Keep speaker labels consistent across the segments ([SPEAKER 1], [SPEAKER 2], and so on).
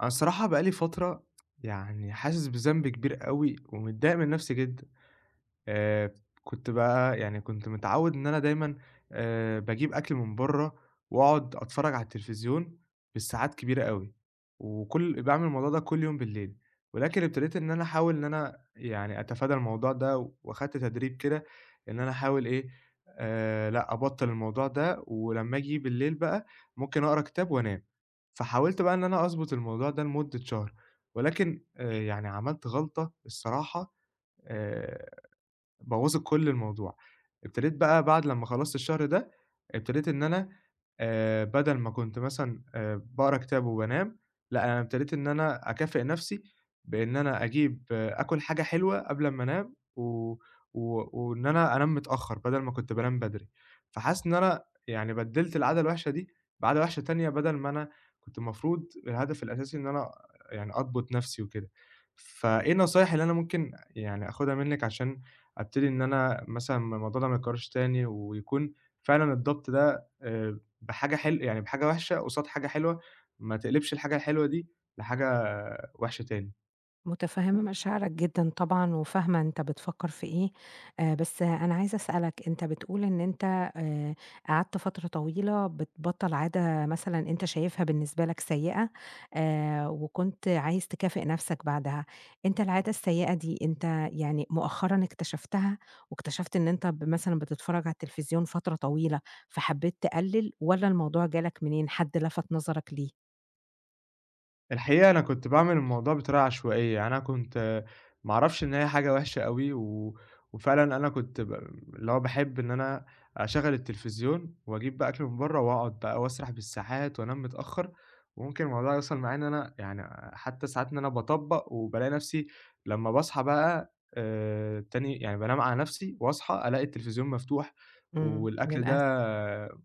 [SPEAKER 1] أنا الصراحة بقى لي فترة يعني حاسس بذنب كبير أوي ومتضايق من نفسي جدًا. آآ كنت بقى كنت متعوّد إن أنا دايمًا باجيب أكل من برّه وأقعد أتفرّج على التلفزيون بالساعات كبيرة أوي، وكل باعمل الموضوع ده كل يوم بالليل، ولكن ابتديت إن أنا أحاول إن أنا يعني أتفادى الموضوع ده، وأخدت تدريب كده إن أنا أحاول إيه، لأ، أبطّل الموضوع ده، ولمّا آجي بالليل بقى ممكن أقرا كتاب وأنام. فحاولت بقى إن أنا أضبط الموضوع ده لمدة شهر، ولكن يعني عملت غلطة الصراحة، آآ بوّظِت كل الموضوع. ابتديت بقى بعد لمّا خلّصت الشهر ده، ابتديت إن أنا بدل ما كنت مثلًا باقرا كتاب وبانام، لأ، أنا ابتديت إن أنا أكافئ نَفْسي بإن أنا أجيب آكُل حاجة حلوة قبل أمّا أنام و و وإن أنا أنام متأخّر بدل ما كنت بانام بدري. فحاسس إن أنا يعني بدِّلت العادة الوحشة دي بعادة وحشة تانية، بدل ما أنا كنت المفروض الهدف الأساسي إن أنا يعني أضبُط نَفْسي وكده. فإيه النصايح اللي أنا ممكن يعني آخُدها منِّك عشان أبتدي إن أنا مثلًا الموضوع ده ما يتكررش تاني، ويكون فعلًا الضبط ده بحاجة حل يعني بحاجة وحشة قصاد حاجة حلوة، ما تقلبش الحاجة الحلوة دي لحاجة وحشة تاني.
[SPEAKER 2] متفهمة مشاعرك جدًا طبعًا، وفاهمة أنت بتفكر في إيه. بس أنا عايزة أسألك، أنت بتقول إن أنت آآ، قعدت فترة طويلة بتبطّل عادة مثلًا أنت شايفها بالنسبة لك سيئة، وكنت عايز تكافئ نفسك بعدها. أنت العادة السيئة دي أنت يعني مؤخرًا اكتشفتها، واكتشفت إن أنت مثلًا بتتفرج على التلفزيون فترة طويلة، فحبيت تقلل، والّا الموضوع جالك منين؟ حد لفت نظرك ليه؟
[SPEAKER 1] الحقيقة أنا كنت باعمل الموضوع بطريقة عشوائية، يعني أنا كنت ما أعرفش إن هي حاجة وحشة أوي، و وفعلًا أنا كنت ب اللي هو باحب إن أنا أشغّل التلفزيون وأجيب بقى أكل من برّه وأقعد بقى وأسرح بالساعات وأنام متأخّر، وممكن الموضوع يوصل معايا إن أنا يعني حتّى ساعات إن أنا باطبّق وبالاقي نَفْسي لمّا باصحى بقى تاني، يعني بانام على نَفْسي وأصحى ألاقي التلفزيون مفتوح
[SPEAKER 2] إمم،
[SPEAKER 1] والأكل ده
[SPEAKER 2] للأسف.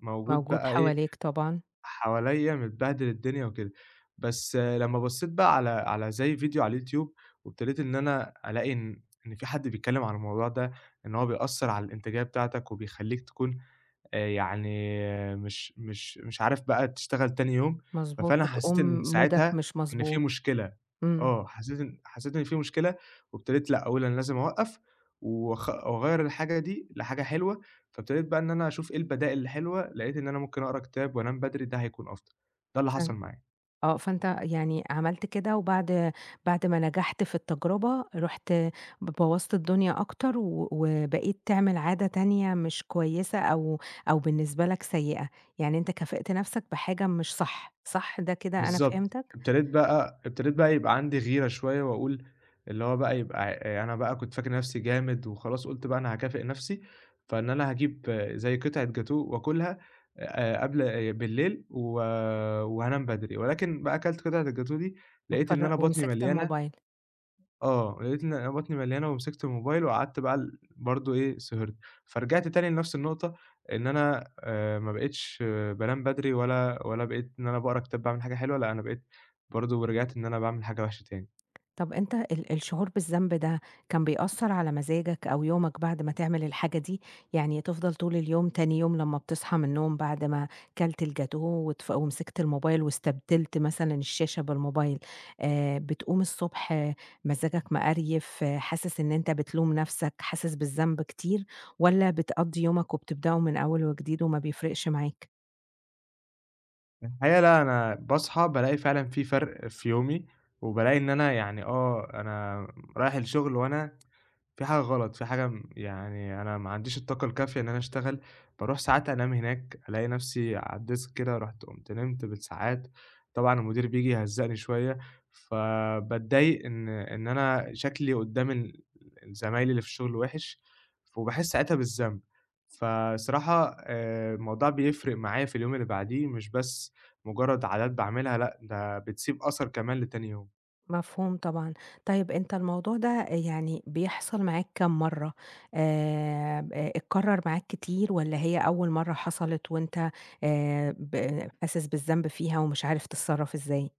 [SPEAKER 1] موجود
[SPEAKER 2] موجود
[SPEAKER 1] بقى إيه،
[SPEAKER 2] حواليك طبعًا.
[SPEAKER 1] حواليّا متبهدل الدنيا وكده. بس آه، لمّا بصّيت بقى على زي فيديو على اليوتيوب، وابتديت إن أنا ألاقي إن في حد بيتكلّم عن الموضوع ده، إن هو بيأثّر على الإنتاجية بتاعتك وبيخلّيك تكون يعني مش عارف بقى تشتغل تاني يوم،
[SPEAKER 2] مضبوط،
[SPEAKER 1] ففعلًا حسّيت
[SPEAKER 2] وتقوم
[SPEAKER 1] إن
[SPEAKER 2] مودك
[SPEAKER 1] ساعتها
[SPEAKER 2] مش
[SPEAKER 1] إن في
[SPEAKER 2] مضبوط.
[SPEAKER 1] مشكلة،
[SPEAKER 2] إمم.
[SPEAKER 1] آه، حسّيت إن في مشكلة، وابتديت لأ، أقول أنا لازم أوقّف، وأغيّر الحاجة دي لحاجة حلوة، فابتديت بقى إن أنا أشوف إيه البدائل الحلوة، لقيت إن أنا ممكن أقرا كتاب وأنام بدري، ده هيكون أفضل، ده اللي حصل
[SPEAKER 2] فأن
[SPEAKER 1] معايا.
[SPEAKER 2] فأنت يعني عملت كده، وبعد ما نجحت في التجربة، رُحت بوّظت الدنيا أكتر، و وبقيت تعمل عادة تانية مش كويسة، أو بالنسبة لك سيئة. يعني أنت كافئت نفسك بحاجة مش صح، صح ده كده أنا
[SPEAKER 1] بالضبط.
[SPEAKER 2] فهمتك؟
[SPEAKER 1] ابتديت بقى ابتديت
[SPEAKER 2] إمم،
[SPEAKER 1] بقى يبقى عندي غيرة شوية وأقول اللي هو بقى يبقى أنا بقى كنت فاكر نَفْسي جامد وخلاص، قُلت بقى أنا هاكافئ نَفْسي، فإن أنا هاجيب زي قطعة جاتوه وآكلها قبل بالليل، و وهانام بدري، ولكن بقى أكلت قطعة الجاتوه دي، لقيت إن أنا بطني
[SPEAKER 2] ومسكت
[SPEAKER 1] مليانة.
[SPEAKER 2] الموبايل.
[SPEAKER 1] آه، لقيت إن أنا بطني مليانة، ومسكت الموبايل وقعدت بقى برضه إيه، سهرت. فرجعت تاني لنفس النقطة، إن أنا ما بقيتش بانام بدري، ولا بقيت إن أنا باقرا كتاب باعمل حاجة حلوة، لأ، أنا بقيت برضه، رجعت إن أنا باعمل حاجة وحشة تاني.
[SPEAKER 2] طب أنت الشعور بالذنب ده كان بيأثّر على مزاجك أو يومك بعد ما تعمل الحاجة دي؟ يعني تفضل طول اليوم تاني يوم، لمّا بتصحى من النوم بعد ما كلت الجاتوه ومسكت الموبايل واستبدلت مثلًا الشاشة بالموبايل، بتقوم الصبح، مزاجك مقريف، حاسس إن أنت بتلوم نَفْسك، حاسس بالذنب كتير، والّا بتقضّي يومك وبتبدأه من أول وجديد وما بيفرقش معاك؟
[SPEAKER 1] الحقيقة لأ، أنا باصحى بالاقي فعلًا في فرق في يومي، وبالاقي إن أنا يعني آه، أنا رايح الشغل وأنا في حاجة غلط، في حاجة يعني أنا ما عنديش الطاقة الكافية إن أنا أشتغل، باروح ساعات أنام هناك، ألاقي نفسي على الديسك كده، رُحت قُمت نمت بالساعات، طبعًا المدير بييجي يهزّقني شوية، فباتضايق إن أنا شكلي قدّام زمايلي اللي في الشغل وِحِش، وباحس ساعتها بالذنب. فصراحة الموضوع بيفرق معايا في اليوم اللي بعديه، مش بس مجرد عادات باعملها لأ، ده بتسيب أثر كمان لتاني يوم.
[SPEAKER 2] مفهوم طبعًا. طيب أنت الموضوع ده يعني بيحصل معاك كام مرّة؟ ب اتكرر معاك كتير، والّا هي أول مرّة حصلت وأنت ب حاسس بالذنب فيها ومش عارف تتصرّف إزاي؟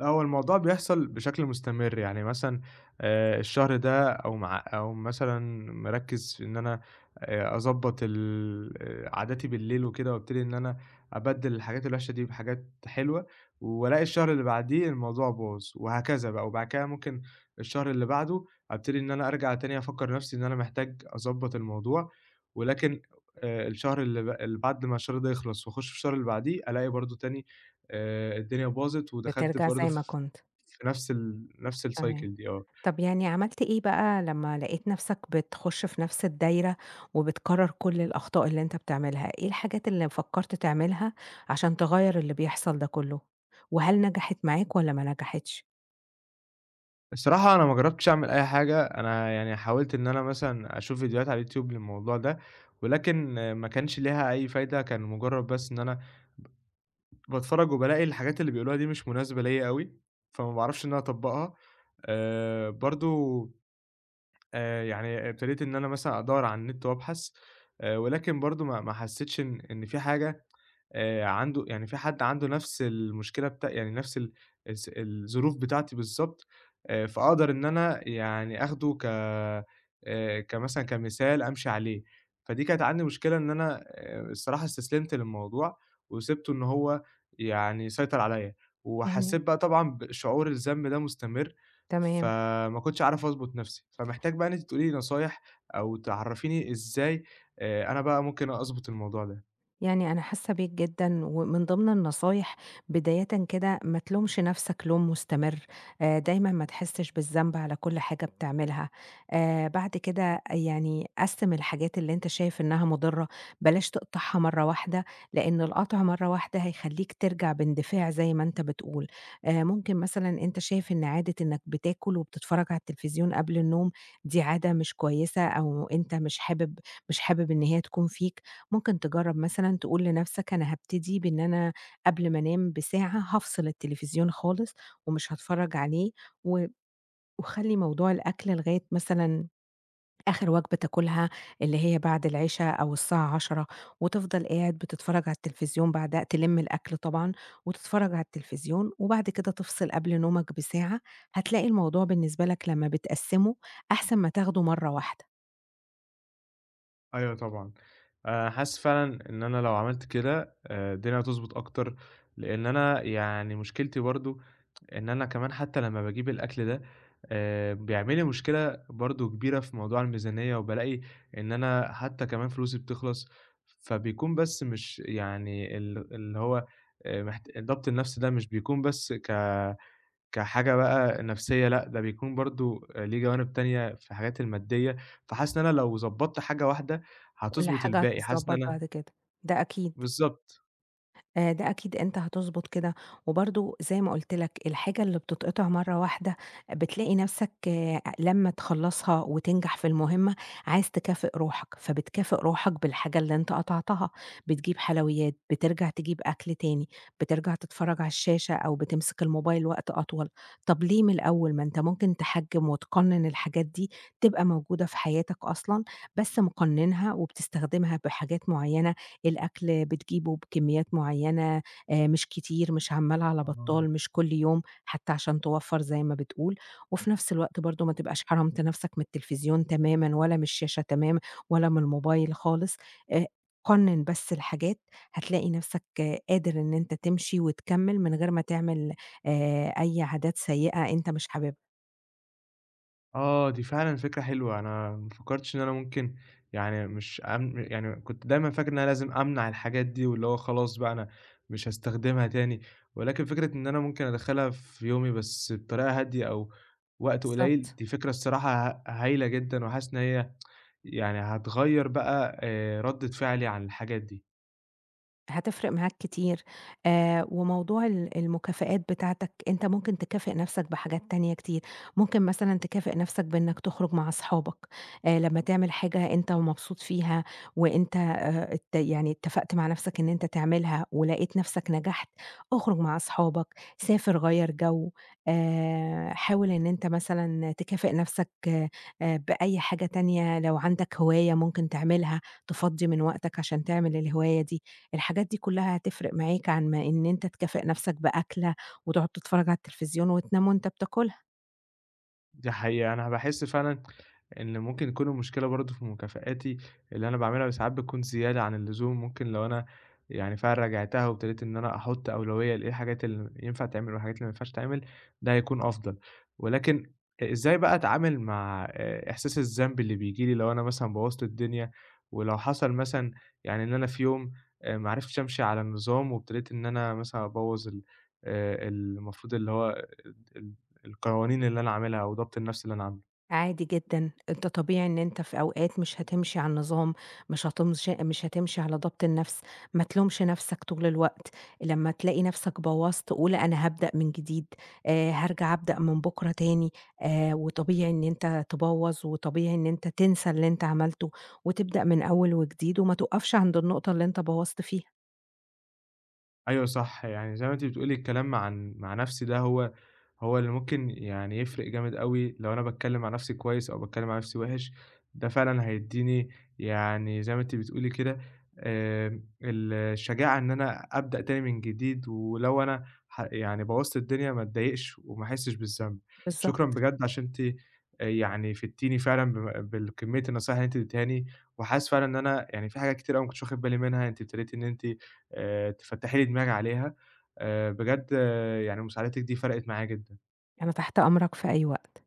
[SPEAKER 1] لأ، هو الموضوع بيحصل بشكل مستمر، يعني مثلًا الشهر ده أقوم مثلًا مركّز في إن أنا أضبّط ال آه، عاداتي بالليل وكده، وابتدي إن أنا أبدِّل الحاجات الوحشة دي بحاجات حلوة، والاقي الشهر اللي بعديه الموضوع باظ، وهكذا بقى، وبعد كده ممكن الشهر اللي بعده أبتدي إن أنا أرجع تاني أفكّر نفسي إن أنا محتاج أضبّط الموضوع، ولكن الشهر اللي بعد ما الشهر ده يخلص واخش في الشهر اللي بعديه، ألاقي برضه تاني الدنيا باظت ودخلت في
[SPEAKER 2] بترجع
[SPEAKER 1] برضه،
[SPEAKER 2] زي
[SPEAKER 1] ف
[SPEAKER 2] ما كنت.
[SPEAKER 1] في نفس نفس
[SPEAKER 2] تمام.
[SPEAKER 1] الcycle دي، آه.
[SPEAKER 2] طب يعني عملت إيه بقى لمّا لقيت نَفْسك بتخُش في نَفْس الدايرة وبتكرّر كل الأخطاء اللي أنت بتعملها؟ إيه الحاجات اللي فكّرت تعملها عشان تغيّر اللي بيحصل ده كُلّه؟ وهل نجحت معاك والّا ما نجحتش؟
[SPEAKER 1] الصراحة أنا ما جرّبتش أعمل أي حاجة، أنا يعني حاولت إن أنا مثلًا أشوف فيديوهات على اليوتيوب للموضوع ده، ولكن ما كانش ليها أي فايدة، كان مجرّد بس إن أنا باتفرّج وبالاقي الحاجات اللي بيقولوها دي مش مناسبة ليّا أوي، فما باعرفش إن أنا أطبّقها. برضه، يعني ابتديت إن أنا مثلًا أدوّر على النت وأبحث، ولكن برضه ما حسّيتش إن في حاجة، يعني في حد عنده نفس المشكلة يعني نفس ال الس الظروف بتاعتي بالضبط، فأقدر إن أنا يعني آخده ك كمثال أمشي عليه. فدي كانت عندي مشكلة إن أنا الصراحة استسلمت للموضوع، وسِبته إن هو يعني يسيطر عليّا،
[SPEAKER 2] يعني
[SPEAKER 1] وحسيت بقى طبعًا بشعور الذنب ده مستمر،
[SPEAKER 2] تمام.
[SPEAKER 1] فما كنتش عارف أضبط نفسي. فمحتاج بقى إن أنتِ تقولي لي نصايح أو تعرّفيني إزاي أنا بقى ممكن أضبط الموضوع ده.
[SPEAKER 2] يعني أنا حاسة بيك جدًا، ومن ضمن النصايح بدايةً كده ما تلومش نفسك لوم مستمر، دايمًا ما تحسش بالذنب على كل حاجة بتعملها. بعد كده يعني قسّم الحاجات اللي أنت شايف إنها مضرة، بلاش تقطعها مرة واحدة، لأن القطع مرة واحدة هيخليك ترجع باندفاع زي ما أنت بتقول. ممكن مثلًا أنت شايف إن عادة إنك بتاكل وبتتفرج على التلفزيون قبل النوم دي عادة مش كويسة، أو أنت مش حابب إن هي تكون فيك. ممكن تجرّب مثلًا تقول لنفسك أنا هابتدي بإن أنا قبل ما أنام بساعة هافصل التلفزيون خالص ومش هاتفرّج عليه، و وخلّي موضوع الأكل لغاية مثلًا آخر وجبة تاكلها، اللي هي بعد العِشا أو الساعة 22:00، وتفضل قاعد بتتفرّج على التلفزيون، بعدها تلِم الأكل طبعًا وتتفرّج على التلفزيون، وبعد كده تفصل قبل نومك بساعة. هتلاقي الموضوع بالنسبة لك لمّا بتقسّمه أحسن ما تاخده مرّة واحدة.
[SPEAKER 1] أيوه طبعًا. حاسس فعلًا إن أنا لو عملت كده الدنيا هتضبط أكتر، لإن أنا يعني مشكلتي برضه إن أنا كمان حتّى لمّا باجيب الأكل ده بيعمل لي مشكلة برضه كبيرة في موضوع الميزانية، وبالاقي إن أنا حتّى كمان فلوسي بتخلص، فبيكون بس مش يعني اللي هو الضبط النَفْسي ده مش بيكون بس كحاجة بقى نفسية لأ، ده بيكون برضه ليه جوانب تانية في الحاجات المادية، فحاسس إن أنا لو ضبّطت حاجة واحدة
[SPEAKER 2] كل
[SPEAKER 1] هتضبط
[SPEAKER 2] حاجة
[SPEAKER 1] الباقي، حاسس إن
[SPEAKER 2] هتتضبّط
[SPEAKER 1] أنا.
[SPEAKER 2] بعد كده، ده أكيد.
[SPEAKER 1] بالضبط.
[SPEAKER 2] ده أكيد أنت هتضبط كده. وبرضه زي ما قُلت لك، الحاجة اللي بتتقطع مرّة واحدة بتلاقي نَفْسك لمّا تخلّصها وتنجح في المهمة عايز تكافئ روحك، فبتكافئ روحك بالحاجة اللي أنت قطعتها، بتجيب حلويات، بترجع تجيب أكل تاني، بترجع تتفرّج على الشاشة أو بتمسك الموبايل وقت أطول. طَب ليه من الأول؟ ما أنت ممكن تحجّم وتقنّن الحاجات دي، تبقى موجودة في حياتك أصلًا، بس مقنّنها وبتستخدمها بحاجات معيّنة. الأكل بتجيبه بكميات معيّنة، مش كتير، مش عمّال على
[SPEAKER 1] آه.
[SPEAKER 2] بطّال، مش كل يوم، حتّى عشان توفّر زي ما بتقول. وفي نفس الوقت برضه ما تبقاش حرمت نفسك من التلفزيون تمامًا، ولا من الشاشة تمامًا، ولا من الموبايل خالص. آآ قنّن بس الحاجات، هتلاقي نفسك قادر إن أنت تمشي وتكمّل من غير ما تعمل أي عادات سيئة أنت مش حاببها.
[SPEAKER 1] آه، دي فعلًا فكرة حلوة، أنا ما فكّرتش إن أنا ممكن يعني مش أم يعني كنت دايمًا فاكر إن أنا لازم أمنع الحاجات دي، واللي هو خلاص بقى أنا مش هاستخدمها تاني، ولكن فكرة إن أنا ممكن أدخّلها في يومي بس بطريقة هادية أو وقت قليل،
[SPEAKER 2] بالضبط.
[SPEAKER 1] دي فكرة الصراحة هايلة جدًا، وحاسس إن هي يعني هتغيّر بقى ردّة فعلي عن الحاجات دي.
[SPEAKER 2] هتفرق معاك كتير. وموضوع المكافآت بتاعتك، أنت ممكن تكافئ نفسك بحاجات تانية كتير، ممكن مثلًا تكافئ نفسك بإنك تخرج مع أصحابك لمّا تعمل حاجة أنت مبسوط فيها، وأنت ات يعني اتفقت مع نفسك إن أنت تعملها ولقيت نفسك نجحت. اخرج مع أصحابك، سافر، غيّر جو، حاول إن أنت مثلًا تكافئ نفسك بأي حاجة تانية. لو عندك هواية ممكن تعملها، تفضّي من وقتك عشان تعمل الهواية دي. الحاجات دي كلها هتفرق معاك عن ما إن أنت تكافئ نفسك بأكلة وتقعد تتفرج على التلفزيون وتنام وأنت بتاكلها.
[SPEAKER 1] دي حقيقة أنا باحس فعلًا إن ممكن يكون المشكلة برضه في مكافآتي اللي أنا باعملها ساعات بتكون زيادة عن اللزوم، ممكن لو أنا يعني فعلًا راجعتها وابتديت إن أنا أحُط أولوية لإيه الحاجات اللي ينفع تعمل والحاجات اللي ما ينفعش تعمل، ده هيكون أفضل. ولكن إزاي بقى أتعامل مع إحساس الذنب اللي بييجي لي لو أنا مثلًا بوّظت الدنيا، ولو حصل مثلًا يعني إن أنا في يوم ما عرفتش أمشي على النظام وابتديت إن أنا مثلًا أبوّظ ال المفروض اللي هو ال ال القوانين اللي أنا عاملها أو ضبط النفس اللي أنا عامله؟
[SPEAKER 2] عادي جدًا، أنت طبيعي إن أنت في أوقات مش هتمشي على النظام، مش هتمشي على ضبط النفس. ما تلومش نفسك طول الوقت، لمّا تلاقي نفسك بوّظت قُل أنا هابدأ من جديد، هارجع أبدأ من بُكرة تاني. وطبيعي إن أنت تبوّظ، وطبيعي إن أنت تنسى اللي أنت عملته وتبدأ من أول وجديد وما توقفش عند النقطة اللي أنت بوّظت فيها.
[SPEAKER 1] أيوه صح، يعني زي ما أنتِ بتقولي الكلام عن مع نفسي ده هو اللي ممكن يعني يفرق جامد أوي، لو أنا باتكلم مع نفسي كويس أو باتكلم مع نفسي وِحِش، ده فعلًا هيدّيني يعني زي ما أنتِ بتقولي كده، الشجاعة إن أنا أبدأ تاني من جديد، ولو أنا يعني بوّظت الدنيا ما اتضايقش وما أحسش بالذنب. شكرًا
[SPEAKER 2] بالضبط.
[SPEAKER 1] بجد عشان أنتِ يعني فدتيني فعلًا بالكمية النصايح اللي أنتِ اديتيهاني، وحاسس فعلًا إن أنا يعني في حاجات كتير أوي ما كنتش واخد بالي منها، أنتِ ابتديتِ إن أنتِ تفتّحي لي دماغي عليها، بجد آه، يعني مساعدتِك دي فرقِت معايا جدًا.
[SPEAKER 2] أنا تحت أمرك في أي وقت.